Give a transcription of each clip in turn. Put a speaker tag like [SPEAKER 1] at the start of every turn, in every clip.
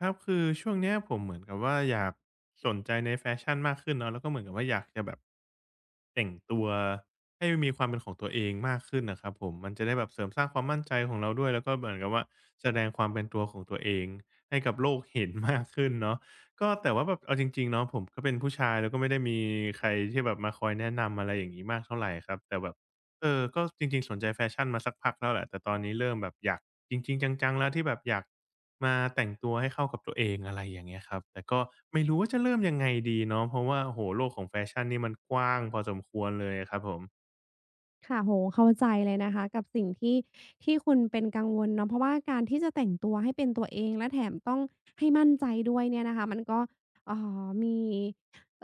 [SPEAKER 1] ครับคือช่วงเนี้ยผมเหมือนกับว่าอยากสนใจในแฟชั่นมากขึ้นเนาะแล้วก็เหมือนกับว่าอยากจะแบบแต่งตัวให้มีความเป็นของตัวเองมากขึ้นนะครับผมมันจะได้แบบเสริมสร้างความมั่นใจของเราด้วยแล้วก็เหมือนกับว่าแสดงความเป็นตัวของตัวเองให้กับโลกเห็นมากขึ้นเนาะก็แต่ว่าแบบเอาจริงๆเนาะผมก็เป็นผู้ชายแล้วก็ไม่ได้มีใครที่แบบมาคอยแนะนำอะไรอย่างงี้มากเท่าไรครับแต่แบบก็จริงๆสนใจแฟชั่นมาสักพักแล้วแหละแต่ตอนนี้เริ่มแบบอยากจริงๆจังๆแล้วที่แบบอยาก มาแต่งตัวให้เข้ากับตัวเองอะไรอย่างเงี้ยครับ แต่ก็ไม่รู้ว่าจะเริ่มยังไงดีเนาะเพราะว่าโอ้โฮโลกของแฟชั่นนี่มันกว้างพอสมควรเลยอะครับผม
[SPEAKER 2] ค่ะโอ้โฮเข้าใจเลยนะคะกับสิ่งที่คุณเป็นกังวลเนาะเพราะว่าการที่จะแต่งตัวให้เป็นตัวเองและแถมต้องให้มั่นใจด้วยเนี่ยนะคะมันก็เอ่มี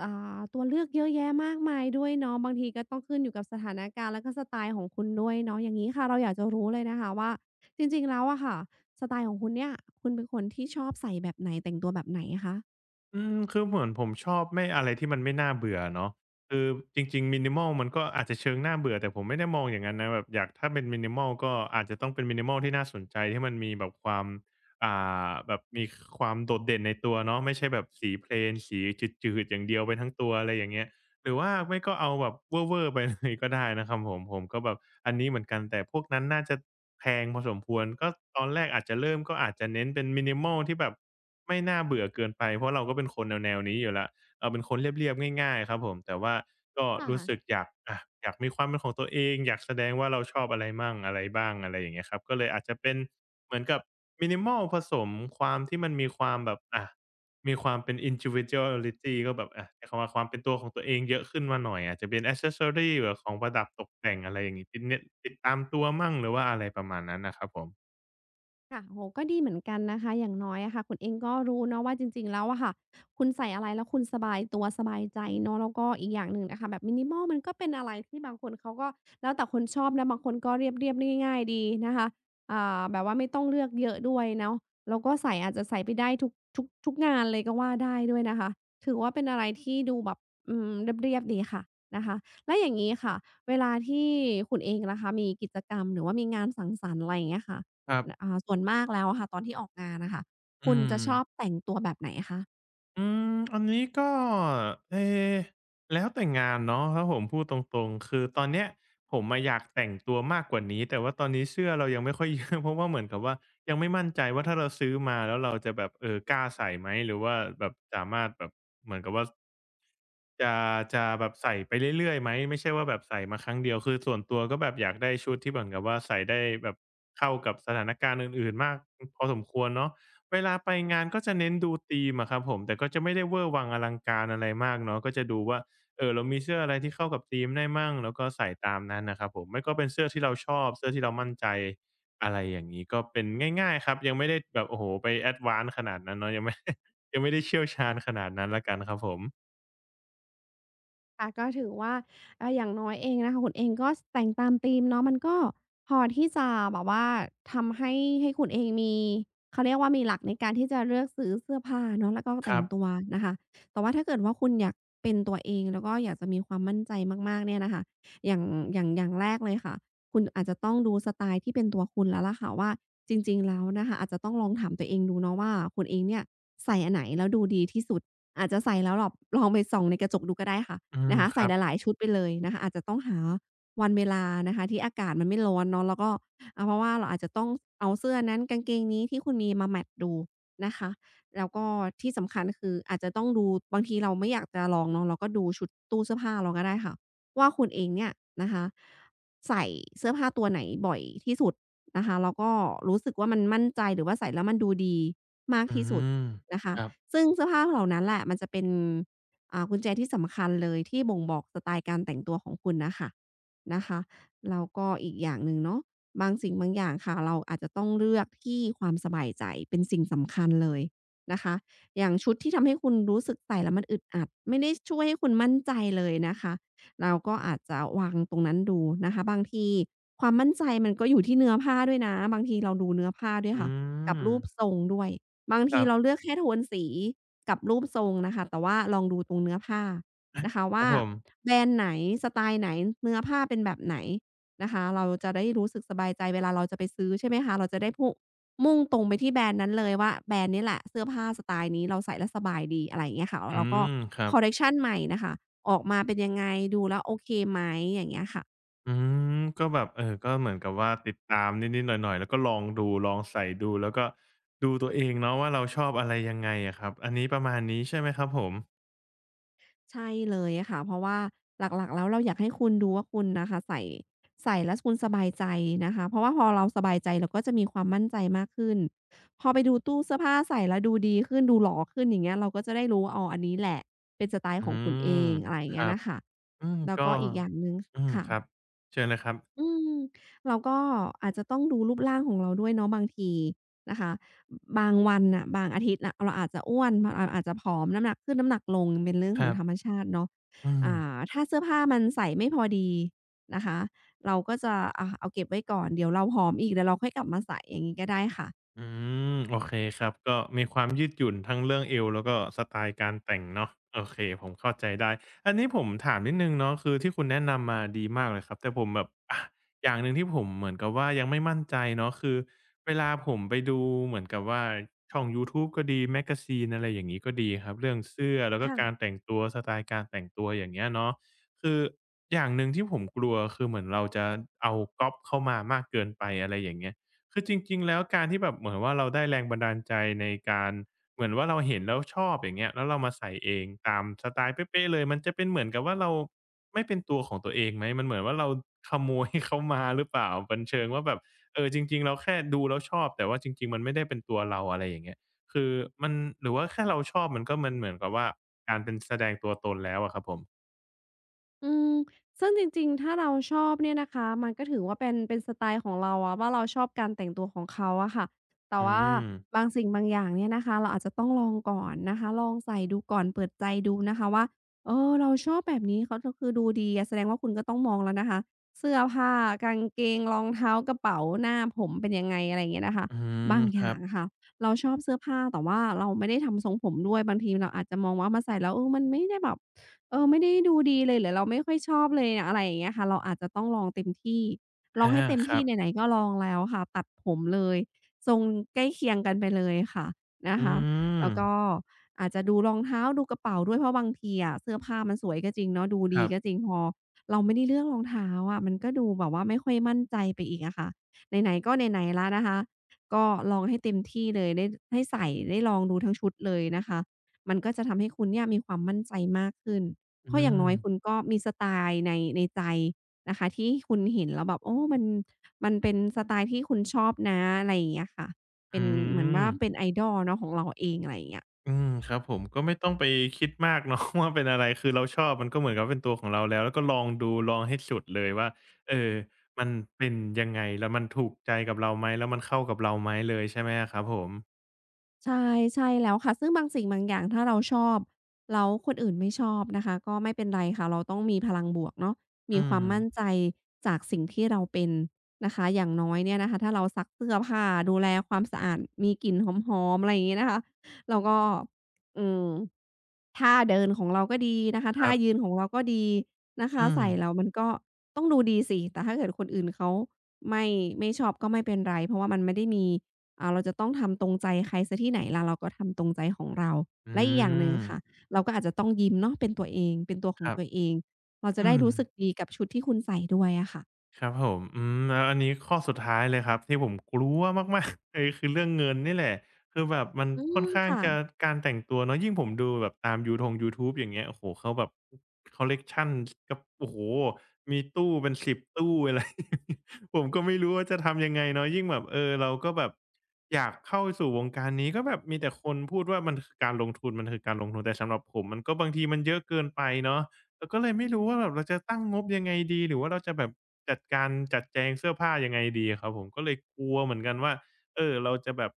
[SPEAKER 2] ตัวเลือกเยอะแยะมากมายด้วยเนาะบางทีก็ต้องขึ้นอยู่กับสถานการณ์แล้วก็สไตล์ของคุณด้วยเนาะอย่างงี้ค่ะเราอยากจะรู้เลยนะคะว่าจริงๆแล้วอะค่ะสไตล์ของคุณเนี่ยคุณเป็นคนที่ชอบใส่แบบไหนแต่งตัวแบบไหนอะคะ
[SPEAKER 1] คือเหมือนผมชอบไม่อะไรที่มันไม่น่าเบื่อเนาะคือจริงๆ minimal มันก็อาจจะเชิงน่าเบื่อแต่ผมไม่ได้มองอย่างนั้นนะแบบอยากถ้าเป็น minimal ก็อาจจะต้องเป็น minimal ที่น่าสนใจที่มันมีแบบความอ่าแบบมีความโดดเด่นในตัวเนาะไม่ใช่แบบสีเพลนสีจืดๆอย่างเดียวไปทั้งตัวอะไรอย่างเงี้ย หรือว่าไม่ก็เอาแบบเว่อร์ๆไปเลย ก็ได้นะครับผมก็แบบอันนี้เหมือนกันแต่พวกนั้นน่าจะแพงพอสมควรก็ตอนแรกอาจจะเริ่มก็อาจจะเน้นเป็น minimal ที่แบบไม่น่าเบื่อเกินไปเพราะเราก็เป็นคนแนวๆนี้อยู่แล้วเราเป็นคนเรียบๆง่ายๆครับผมแต่ว่าก็รู้สึก
[SPEAKER 2] ค่ะ
[SPEAKER 1] อยากอะอยากมีความเป็นของตัวเองอยากแสดงว่าเราชอบอะไรมั่งอะไรบ้างอะไรอย่างเงี้ยครับก็เลยอาจจะเป็นเหมือนกับ minimal ผสมความที่มันมีความแบบอะ มีความเป็น individuality ก็แบบอะใช้คำว่าความเป็นตัวของตัวเองเยอะขึ้นมาหน่อยอาจจะเป็น accessory ีแบบของประดับตกแต่งอะไรอย่างงี้ติดเน็ตติดตามตัวมั่งหรือว่าอะไรประมาณนั้นน่ะครับผม
[SPEAKER 2] ค่ะโอ้โฮก็ดีเหมือนกันนะคะอย่างน้อยอะค่ะคุณเองก็รู้เนาะว่าจริงๆแล้วอะค่ะคุณใส่อะไรแล้วคุณสบายตัวสบายใจเนาะแล้วก็อีกอย่างหนึ่งนะคะแบบ minimal มันก็เป็นอะไรที่บางคนเขาก็แล้วแต่คนชอบนะบางคนก็เรียบๆง่ายๆดีนะคะอ่าแบบว่าไม่ต้องเลือกเยอะด้วยเนาะแล้วก็ใส่อาจจะใส่ไปได้ทุกงานเลยก็ว่าได้ด้วยนะคะถือว่าเป็นอะไรที่ดูแบบอืมเรียบๆดีค่ะนะคะแล้วอย่างงี้ค่ะเวลาที่คุณเองล่ะคะมีกิจกรรมหรือว่ามีงานสังสรรค์อะไรอย่างเงี้ยค่ะ
[SPEAKER 1] ครับ
[SPEAKER 2] อ่าส่วนมากแล้วอะค่ะตอนที่ออกงานอะค่ะ
[SPEAKER 1] อื
[SPEAKER 2] คุณ
[SPEAKER 1] ม
[SPEAKER 2] จะชอบแต่งตัวแบบไหนคะ
[SPEAKER 1] อืมอันนี้ก็เอแล้วแต่งานเนาะถ้าผมพูดตรงๆคือตอนเนี้ยผมอะอยากแต่งตัวมากกว่านี้แต่ว่าตอนนี้เสื้อเรายังไม่ค่อย เยอะเพราะว่าเหมือนกับว่ายังไม่มั่นใจว่าถ้าเราซื้อมาแล้วเราจะแบบกล้าใส่ไหมหรือว่าแบบสามารถแบบเหมือนกับว่าจะจะแบบใส่ไปเรื่อยๆไหมไม่ใช่ว่าแบบใส่มาครั้งเดียวคือส่วนตัวก็แบบอยากได้ชุดที่เหมือนกับว่าใส่ได้แบบเข้ากับสถานการณ์อื่นๆมากพอสมควรเนาะ เวลาไปงานก็จะเน้นดูธีมอะครับผมแต่ก็จะไม่ได้เวอร์วังอลังการอะไรมากเนาะก็จะดูว่าเรามีเสื้ออะไรที่เข้ากับธีมได้มั่งแล้วก็ใส่ตามนั้นน่ะครับผมไม่ก็เป็นเสื้อที่เราชอบเสื้อที่เรามั่นใจอะไรอย่างงี้ก็เป็นง่ายๆครับยังไม่ได้แบบโอ้โฮไปแอดวานซ์ขนาดนั้นเนาะยังไม่ ยังไม่ได้เชี่ยวชาญขนาดนั้นแล้วกันครับผม
[SPEAKER 2] ค่ะก็ถือว่าอ่าอย่างน้อยเองนะคะคุณเองก็สแต่งตามธีมเนาะมันก็พอที่จะแบบว่าทำให้คุณเองมีเขาเรียกว่ามีหลักในการที่จะเลือกซื้อเสื้อผ้าเนาะแล้วก็
[SPEAKER 1] ค
[SPEAKER 2] แต่
[SPEAKER 1] รั
[SPEAKER 2] ง
[SPEAKER 1] บ
[SPEAKER 2] ตัวนะคะแต่ว่าถ้าเกิดว่าคุณอยากเป็นตัวเองแล้วก็อยากจะมีความมั่นใจมากๆเนี่ยนะคะอย่างอย่างแรกเลยค่ะคุณอาจจะต้องดูสไตล์ที่เป็นตัวคุณแล้วล่ะค่ะว่าจริงๆแล้วนะคะอาจจะต้องลองถามตัวเองดูเนาะว่าคุณเองเนี่ยใส่อันไหนแล้วดูดีที่สุดอาจจะใส่แล้วหลอบลองไปส่องในกระจกดูก็ได้ค่ะ
[SPEAKER 1] อืม
[SPEAKER 2] นะคะ
[SPEAKER 1] ค
[SPEAKER 2] ใส่
[SPEAKER 1] รั
[SPEAKER 2] ห
[SPEAKER 1] บ
[SPEAKER 2] ลายๆชุดไปเลยนะคะอาจจะต้องหาวันเวลานะคะที่อากาศมันไม่ร้อนเนาะแล้วก็เพราะว่าเราอาจจะต้องเอาเสื้อนั้นกางเกงนี้ที่คุณมีมาแมตช์ดูนะคะแล้วก็ที่สำคัญคืออาจจะต้องดูบางทีเราไม่อยากจะลองเนาะเราก็ดูชุดตู้เสื้อผ้าเราก็ได้ค่ะว่าคุณเองเนี่ยนะคะใส่เสื้อผ้าตัวไหนบ่อยที่สุดนะคะแล้วก็รู้สึกว่ามันมั่นใจหรือว่าใส่แล้วมันดูดีมาก
[SPEAKER 1] อื
[SPEAKER 2] ที่สุด
[SPEAKER 1] ม
[SPEAKER 2] นะ
[SPEAKER 1] ค
[SPEAKER 2] คะ
[SPEAKER 1] รับ
[SPEAKER 2] ซึ่งเสื้อผ้าเหล่านั้นแหละมันจะเป็น กุญแจที่สำคัญเลยที่บ่งบอกสไตล์การแต่งตัวของคุณน่ะค่ะนะคะแล้วก็อีกอย่างหนึ่งเนาะบางสิ่งบางอย่างค่ะเราอาจจะต้องเลือกที่ความสบายใจเป็นสิ่งสำคัญเลยนะคะอย่างชุดที่ทำให้คุณรู้สึกใส่แล้วมันอึดอัดไม่ได้ช่วยให้คุณมั่นใจเลยนะคะเราก็อาจจะวางตรงนั้นดูนะคะบางทีความมั่นใจมันก็อยู่ที่เนื้อผ้าด้วยนะบางทีเราดูเนื้อผ้าด้วย
[SPEAKER 1] อื
[SPEAKER 2] ค่ะกั
[SPEAKER 1] ม
[SPEAKER 2] บรูปทรงด้วยบาง
[SPEAKER 1] ค
[SPEAKER 2] ที
[SPEAKER 1] รั
[SPEAKER 2] เรา
[SPEAKER 1] บ
[SPEAKER 2] เลือกแค่โทนสี กับรูปทรงนะคะแต่ว่าลองดูตรงเนื้อผ้านะคะ
[SPEAKER 1] ครับ
[SPEAKER 2] ว่า
[SPEAKER 1] ผม
[SPEAKER 2] แบรนด์ไหนสไตล์ไหนเนื้อผ้าเป็นแบบไหนนะคะเราจะได้รู้สึกสบายใจเวลาเราจะไปซื้อใช่ไหมคะเราจะได้พุมุ่งตรงไปที่แบรนด์นั้นเลยว่าแบรนด์นี้แหละเสื้อผ้าสไตล์นี้เราใส่แล้วสบายดีอะไรอย่างเงี้ยค่ะ
[SPEAKER 1] อื
[SPEAKER 2] แล้วก็
[SPEAKER 1] มครั
[SPEAKER 2] ค
[SPEAKER 1] บ
[SPEAKER 2] อลเลกชันใหม่น่ะค่ะออกมาเป็นยังไงดูแล้วโอเคไหมอย่างเงี้ยค่ะ
[SPEAKER 1] อืมก็แบบก็เหมือนกับว่าติดตามนิดๆหน่อยๆแล้วก็ลองดูลองใส่ดูแล้วก็ดูตัวเองเนาะว่าเราชอบอะไรยังไงอะครับอันนี้ประมาณนี้ใช่ไหมครับผม
[SPEAKER 2] ใช่เลยค่ะเพราะว่าหลักๆแล้วเราอยากให้คุณดูว่าคุณนะคะใส่แล้วคุณสบายใจนะคะเพราะว่าพอเราสบายใจเราก็จะมีความมั่นใจมากขึ้นพอไปดูตู้เสื้อผ้าใส่แล้วดูดีขึ้นดูหล่อขึ้นอย่างเงี้ยเราก็จะได้รู้ว่าอ๋ออันนี้แหละเป็นสไต
[SPEAKER 1] อื
[SPEAKER 2] ล์ของคุณเอ
[SPEAKER 1] ม
[SPEAKER 2] งอะไรอย่า
[SPEAKER 1] ค
[SPEAKER 2] งเงี้
[SPEAKER 1] รั
[SPEAKER 2] ย
[SPEAKER 1] บ
[SPEAKER 2] น่ะค่ะ
[SPEAKER 1] อืม
[SPEAKER 2] แล้ว
[SPEAKER 1] ก็
[SPEAKER 2] ก็อีกอย่างหนึ่ง
[SPEAKER 1] อืม
[SPEAKER 2] ค่ะ
[SPEAKER 1] ครับเชิญเลยครับ
[SPEAKER 2] อืมเราก็อาจจะต้องดูรูปร่างของเราด้วยเนาะบางทีนะคะบางวันน่ะบางอาทิตย์น่ะเราอาจจะอ้วนเราอาจจะผอมน้ำหนักขึ้นน้ำหนักลงเป็นเรื่อง
[SPEAKER 1] ค
[SPEAKER 2] ขอ
[SPEAKER 1] รั
[SPEAKER 2] ง
[SPEAKER 1] บ
[SPEAKER 2] ธรรมชาติเนาะ
[SPEAKER 1] อืม
[SPEAKER 2] ถ้าเสื้อผ้ามันใส่ไม่พอดีนะคะเราก็จะเอาเก็บไว้ก่อนเดี๋ยวเราผอมอีกเดี๋ยวเราค่อยกลับมาใส่อย่างงี้ก็ได้ค่ะ
[SPEAKER 1] อืมโอเคครับก็มีความยืดหยุ่นทั้งเรื่องเอวแล้วก็สไตล์การแต่งเนาะโอเคผมเข้าใจได้อันนี้ผมถามนิดหนึ่งเนาะคือที่คุณแนะนำมาดีมากเลยครับแต่ผมแบบอะอย่างหนึ่งที่ผมเหมือนกับว่ายังไม่มั่นใจเนาะคือเวลาผมไปดูเหมือนกับว่าช่องยูทูบก็ดีแมกกาซีนอะไรอย่างงี้ก็ดีครับเรื่องเสื้อแล้วก็การแต่งตัวสไตล์การแต่งตัวอย่างเงี้ยเนาะคืออย่างหนึ่งที่ผมกลัวคือเหมือนเราจะเอาก๊อบเข้ามามากเกินไปอะไรอย่างเงี้ย คือจริงๆแล้วการที่แบบเหมือนว่าเราได้แรงบันดาลใจในการเหมือนว่าเราเห็นแล้วชอบอย่างเงี้ยแล้วเรามาใส่เองตามสไตล์เป๊ะๆเลยมันจะเป็นเหมือนกับว่าเราไม่เป็นตัวของตัวเองไหมมันเหมือนว่าเราขโมยเขามาหรือเปล่าเป็นเชิงว่าแบบเออจริงๆเราแค่ดูแล้วชอบแต่ว่าจริงๆมันไม่ได้เป็นตัวเราอะไรอย่างเงี้ยคือมันหรือว่าแค่เราชอบมันก็มันเหมือนกับว่าการเป็นแสดงตัวตนแล้วอะครับผม
[SPEAKER 2] อืมซึ่งจริงๆ ถ้าเราชอบเนี่ยนะคะมันก็ถือว่าเป็นสไตล์ของเราอะว่าเราชอบการแต่งตัวของเขาอะค่ะแต่
[SPEAKER 1] อื
[SPEAKER 2] ว่า
[SPEAKER 1] ม
[SPEAKER 2] บางสิ่งบางอย่างเนี่ยนะคะเราอาจจะต้องลองก่อนนะคะลองใส่ดูก่อนเปิดใจดูนะคะว่าเออเราชอบแบบนี้เขาก็คือดูดีอะแสดงว่าคุณก็ต้องมองแล้วนะคะ เสื้อผ้ากางเกงรองเท้ากระเป๋าหน้าผมเป็นยังไงอะไรอย่างเงี้ยนะคะ
[SPEAKER 1] อืม
[SPEAKER 2] บางอ
[SPEAKER 1] ค
[SPEAKER 2] ย่า
[SPEAKER 1] รับ
[SPEAKER 2] งอะค่ะเราชอบเสื้อผ้าแต่ว่าเราไม่ได้ทำทรงผมด้วยบางทีเราอาจจะมองว่ามาใส่แล้วเออมันไม่ได้แบบ เออไม่ได้ดูดีเลยหรือเราไม่ค่อยชอบเลยอะไรอย่างเงี้ยค่ะเราอาจจะต้องลองเต็มที่ลอง
[SPEAKER 1] อา
[SPEAKER 2] ให้เต็ม
[SPEAKER 1] ครั
[SPEAKER 2] ที่
[SPEAKER 1] บ
[SPEAKER 2] ไหนๆก็ลองแล้วค่ะตัดผมเลยทรงใกล้เคียงกันไปเลยค่ะนะ
[SPEAKER 1] อื
[SPEAKER 2] คะ
[SPEAKER 1] ม
[SPEAKER 2] แล้วก็อาจจะดูรองเท้าดูกระเป๋าด้วยเพราะบางทีอะเสื้อผ้ามันสวยก็จริงเนาะดู
[SPEAKER 1] ค
[SPEAKER 2] ดี
[SPEAKER 1] รับ
[SPEAKER 2] ก็จริงพอเราไม่ได้เลือกรองเท้าอะมันก็ดูแบบว่าไม่ค่อยมั่นใจไปอีกอะค่ะไหนๆก็ไหนๆแล้วนะคะก็ลองให้เต็มที่เลยได้ให้ใส่ได้ลองดูทั้งชุดเลยนะคะมันก็จะทำให้คุณเนี่ยมีความมั่นใจมากขึ้น
[SPEAKER 1] อื
[SPEAKER 2] เพราะอย่างน้
[SPEAKER 1] ม
[SPEAKER 2] อยคุณก็มีสไตล์ในใจนะคะที่คุณเห็นแล้วแบบโอ้มันเป็นสไตล์ที่คุณชอบนะอะไรอย่างเงี้ยค่ะเป็
[SPEAKER 1] อื
[SPEAKER 2] นเหมือน
[SPEAKER 1] ม
[SPEAKER 2] ว่าเป็น idol เนาะของเราเองอะไรอย่างเงี้ย
[SPEAKER 1] อืมครับผมก็ไม่ต้องไปคิดมากเนาะ ว่าเป็นอะไรคือเราชอบมันก็เหมือนกับเป็นตัวของเราแล้วแล้วก็ลองดูลองให้สุดเลยว่าเออมันเป็นยังไงแล้วมันถูกใจกับเราไหมแล้วมันเข้ากับเราไหมเลยใช่ไหมอะครับผม
[SPEAKER 2] ใช่ใช่แล้วค่ะซึ่งบางสิ่งบางอย่างถ้าเราชอบแล้วคนอื่นไม่ชอบนะคะก็ไม่เป็นไรค่ะเราต้องมีพลังบวกเนาะ
[SPEAKER 1] อื
[SPEAKER 2] มีความมั่น
[SPEAKER 1] ม
[SPEAKER 2] ใจจากสิ่งที่เราเป็นนะคะอย่างน้อยเนี่ยนะคะถ้าเราซักเสื้อผ้าดูแลความสะอาดมีกลิ่นหอมๆอะไรอย่างงี้นะคะแล้วก็อืมท่าเดินของเราก็ดีนะคะ
[SPEAKER 1] ค
[SPEAKER 2] ท่า
[SPEAKER 1] รับ
[SPEAKER 2] ยืนของเราก็ดีนะคะ
[SPEAKER 1] อืม
[SPEAKER 2] ใส่แล้วมันก็ต้องดูดีสิแต่ถ้าเกิดคนอื่นเขาไม่ไม่ชอบก็ไม่เป็นไรเพราะว่ามันไม่ได้มี เราจะต้องทำตรงใจใครเสียที่ไหนล่ะเราก็ทำตรงใจของเรา
[SPEAKER 1] อื
[SPEAKER 2] และอีกอย่างหนึ่ง
[SPEAKER 1] ม
[SPEAKER 2] ค่ะเราก็อาจจะต้องยิ้มเนาะเป็นตัวเองเป็นตัวข
[SPEAKER 1] ค
[SPEAKER 2] อง
[SPEAKER 1] รับ
[SPEAKER 2] ตัวเองเราจะ
[SPEAKER 1] อื
[SPEAKER 2] ได้
[SPEAKER 1] ม
[SPEAKER 2] รู้สึกดีกับชุดที่คุณใส่ด้วยอะค่ะ
[SPEAKER 1] ครับผมอืมแล้วอันนี้ข้อสุดท้ายเลยครับที่ผมกลัวมากๆ เลยคือเรื่องเงินนี่แหละคือแบบมัน
[SPEAKER 2] อื
[SPEAKER 1] ค่
[SPEAKER 2] ม
[SPEAKER 1] อนข้าง
[SPEAKER 2] ค่ะ
[SPEAKER 1] จะการแต่งตัวเนาะยิ่งผมดูแบบตามยูทยูทูบอย่างเงี้ยโอ้โฮเขาแบบคอลเลกชันกระโอ้โฮมีตู้เป็น10ตู้ อะไรผมก็ไม่รู้ว่าจะทำยังไงเนาะยิ่งแบบเออเราก็แบบอยากเข้าสู่วงการนี้ก็แบบมีแต่คนพูดว่ามันคือการลงทุนมันคือการลงทุนแต่สำหรับผมมันก็บางทีมันเยอะเกินไปเนาะ เราก็เลยไม่รู้ว่าแบบเราจะตั้งงบยังไงดีหรือว่าเราจะแบบจัดการจัดแจงเสื้อผ้ายังไงดีอะครับผมก็เลยกลัวเหมือนกันว่าเออเราจะแบบ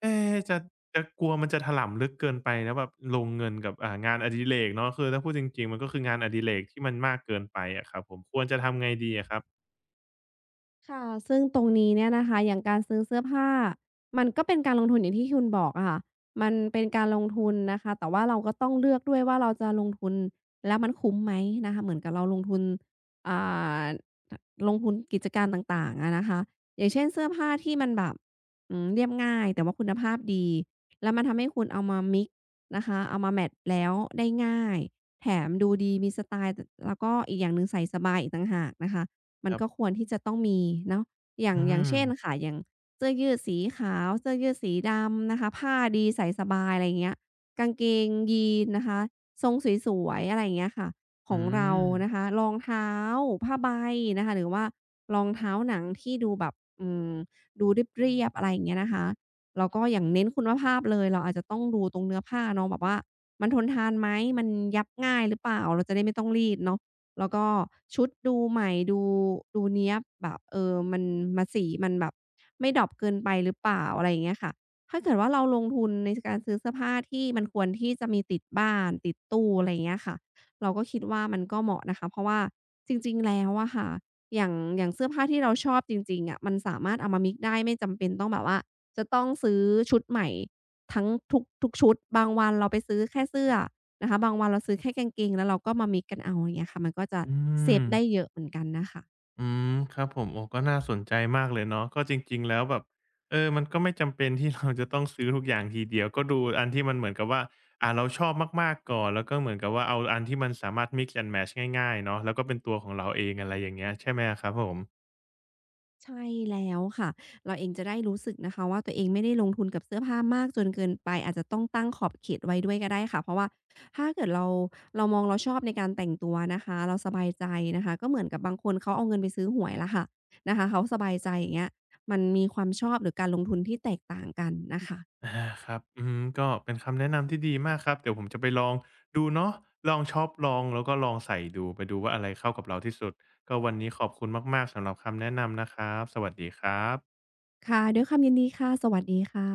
[SPEAKER 1] เอ๊ะจะกลัวมันจะถลำลึกเกินไปแล้วแบบลงเงินกับอ่างานอดิเรกเนาะคือถ้าพูดจริงๆมันก็คืองานอดิเรกที่มันมากเกินไปอะครับผมควรจะทำไงดีอะครับ
[SPEAKER 2] ค่ะซึ่งตรงนี้เนี่ยนะคะอย่างการซื้อเสื้อผ้ามันก็เป็นการลงทุนอย่างที่คุณบอกอะค่ะมันเป็นการลงทุนนะคะแต่ว่าเราก็ต้องเลือกด้วยว่าเราจะลงทุนแล้วมันคุ้มไหมนะคะเหมือนกับเราลงทุนอ่าลงทุนกิจการต่างๆอะนะคะอย่างเช่นเสื้อผ้าที่มันแบบเรียบง่ายแต่ว่าคุณภาพดีแล้วมันทำให้คุณเอามามิกซ์นะคะเอามาแมตช์แล้วได้ง่ายแถมดูดีมีสไตล์ตแล้วก็อีกอย่างหนึ่งใส่สบายอีกต่างหากนะคะ
[SPEAKER 1] ค
[SPEAKER 2] มัน
[SPEAKER 1] รั
[SPEAKER 2] ก็ค
[SPEAKER 1] บ
[SPEAKER 2] วรที่จะต้องมีเนาะอย่า
[SPEAKER 1] อื
[SPEAKER 2] งอย่าง
[SPEAKER 1] ม
[SPEAKER 2] เช่นค่ะอย่างเสื้อยืดสีขาวเสื้อยืดสีดำนะคะผ้าดีใส่สบายอะไรอย่างเงี้ยกางเกงยีนส์นะคะทรงสวยๆอะไรอย่างเงี้ยค่ะขอ
[SPEAKER 1] อื
[SPEAKER 2] งเรา
[SPEAKER 1] ม
[SPEAKER 2] นะคะรองเท้าผ้าใบนะคะหรือว่ารองเท้าหนังที่ดูแบบอืมดูเรียบๆอะไรอย่างเงี้ยนะคะแล้วก็อย่างเน้นคุณภาพเลยเราอาจจะต้องดูตรงเนื้อผ้าเนาะแบบว่ามันทนทานไหมมันยับง่ายหรือเปล่าเราจะได้ไม่ต้องรีดเนาะ แล้วก็ชุดดูใหม่ดูเนี้ยบแบบเออมันมาสีมันแบบไม่ดร็อปเกินไปหรือเปล่าอะไรอย่างเงี้ยค่ะถ้าเกิดว่าเราลงทุนในการซื้อเสื้อผ้าที่มันควรที่จะมีติดบ้านติดตู้อะไรอย่างเงี้ยค่ะเราก็คิดว่ามันก็เหมาะนะคะเพราะว่าจริงๆแล้วอะค่ะอย่างเสื้อผ้าที่เราชอบจริงๆอะมันสามารถเอามา mix ได้ไม่จำเป็นต้องแบบว่าจะต้องซื้อชุดใหม่ทั้งทุกชุดบางวันเราไปซื้อแค่เสื้อ นะคะบางวันเราซื้อแค่กางเกงแล้วเราก็มามิกซ์กันเอาอย่างเงี้ยค่ะมันก็จะ
[SPEAKER 1] อื
[SPEAKER 2] เซ
[SPEAKER 1] ม
[SPEAKER 2] ฟได้เยอะเหมือนกันนะคะ
[SPEAKER 1] อืมครับผมโอ้ก็น่าสนใจมากเลยเนาะก็จริงๆแล้วแบบเออมันก็ไม่จำเป็นที่ เราจะต้องซื้อทุกอย่างทีเดียวก็ดูอันที่มันเหมือนกับว่าอ่าเราชอบมากๆก่อนแล้วก็เหมือนกับว่าเอาอันที่มันสามารถ mix and match ง่ายๆเนาะแล้วก็เป็นตัวของเราเองอะไรอย่างเงี้ยใช่ไหมอะครับผม
[SPEAKER 2] ใช่แล้วค่ะเราเองจะได้รู้สึกนะคะว่าตัวเองไม่ได้ลงทุนกับเสื้อผ้ามากจนเกินไปอาจจะต้องตั้งขอบเขตไว้ด้วยก็ได้ค่ะเพราะว่าถ้าเกิดเราเรามองเราชอบในการแต่งตัวนะคะเราสบายใจนะคะก็เหมือนกับบางคนเขาเอาเงินไปซื้อหวยล่ะค่ะนะคะเขาสบายใจอย่างเงี้ยมันมีความชอบหรือการลงทุนที่แตกต่างกันนะคะ
[SPEAKER 1] อาครับอืมก็เป็นคำแนะนำที่ดีมากครับเดี๋ยวผมจะไปลองดูเนาะลองช็อปลองแล้วก็ลองใส่ดูไปดูว่าอะไรเข้ากับเราที่สุดก็วันนี้ขอบคุณมากๆสำหรับคำแนะนำนะครับสวัสดีครับ
[SPEAKER 2] ค่ะด้วยความยินดีค่ะสวัสดีค่ะ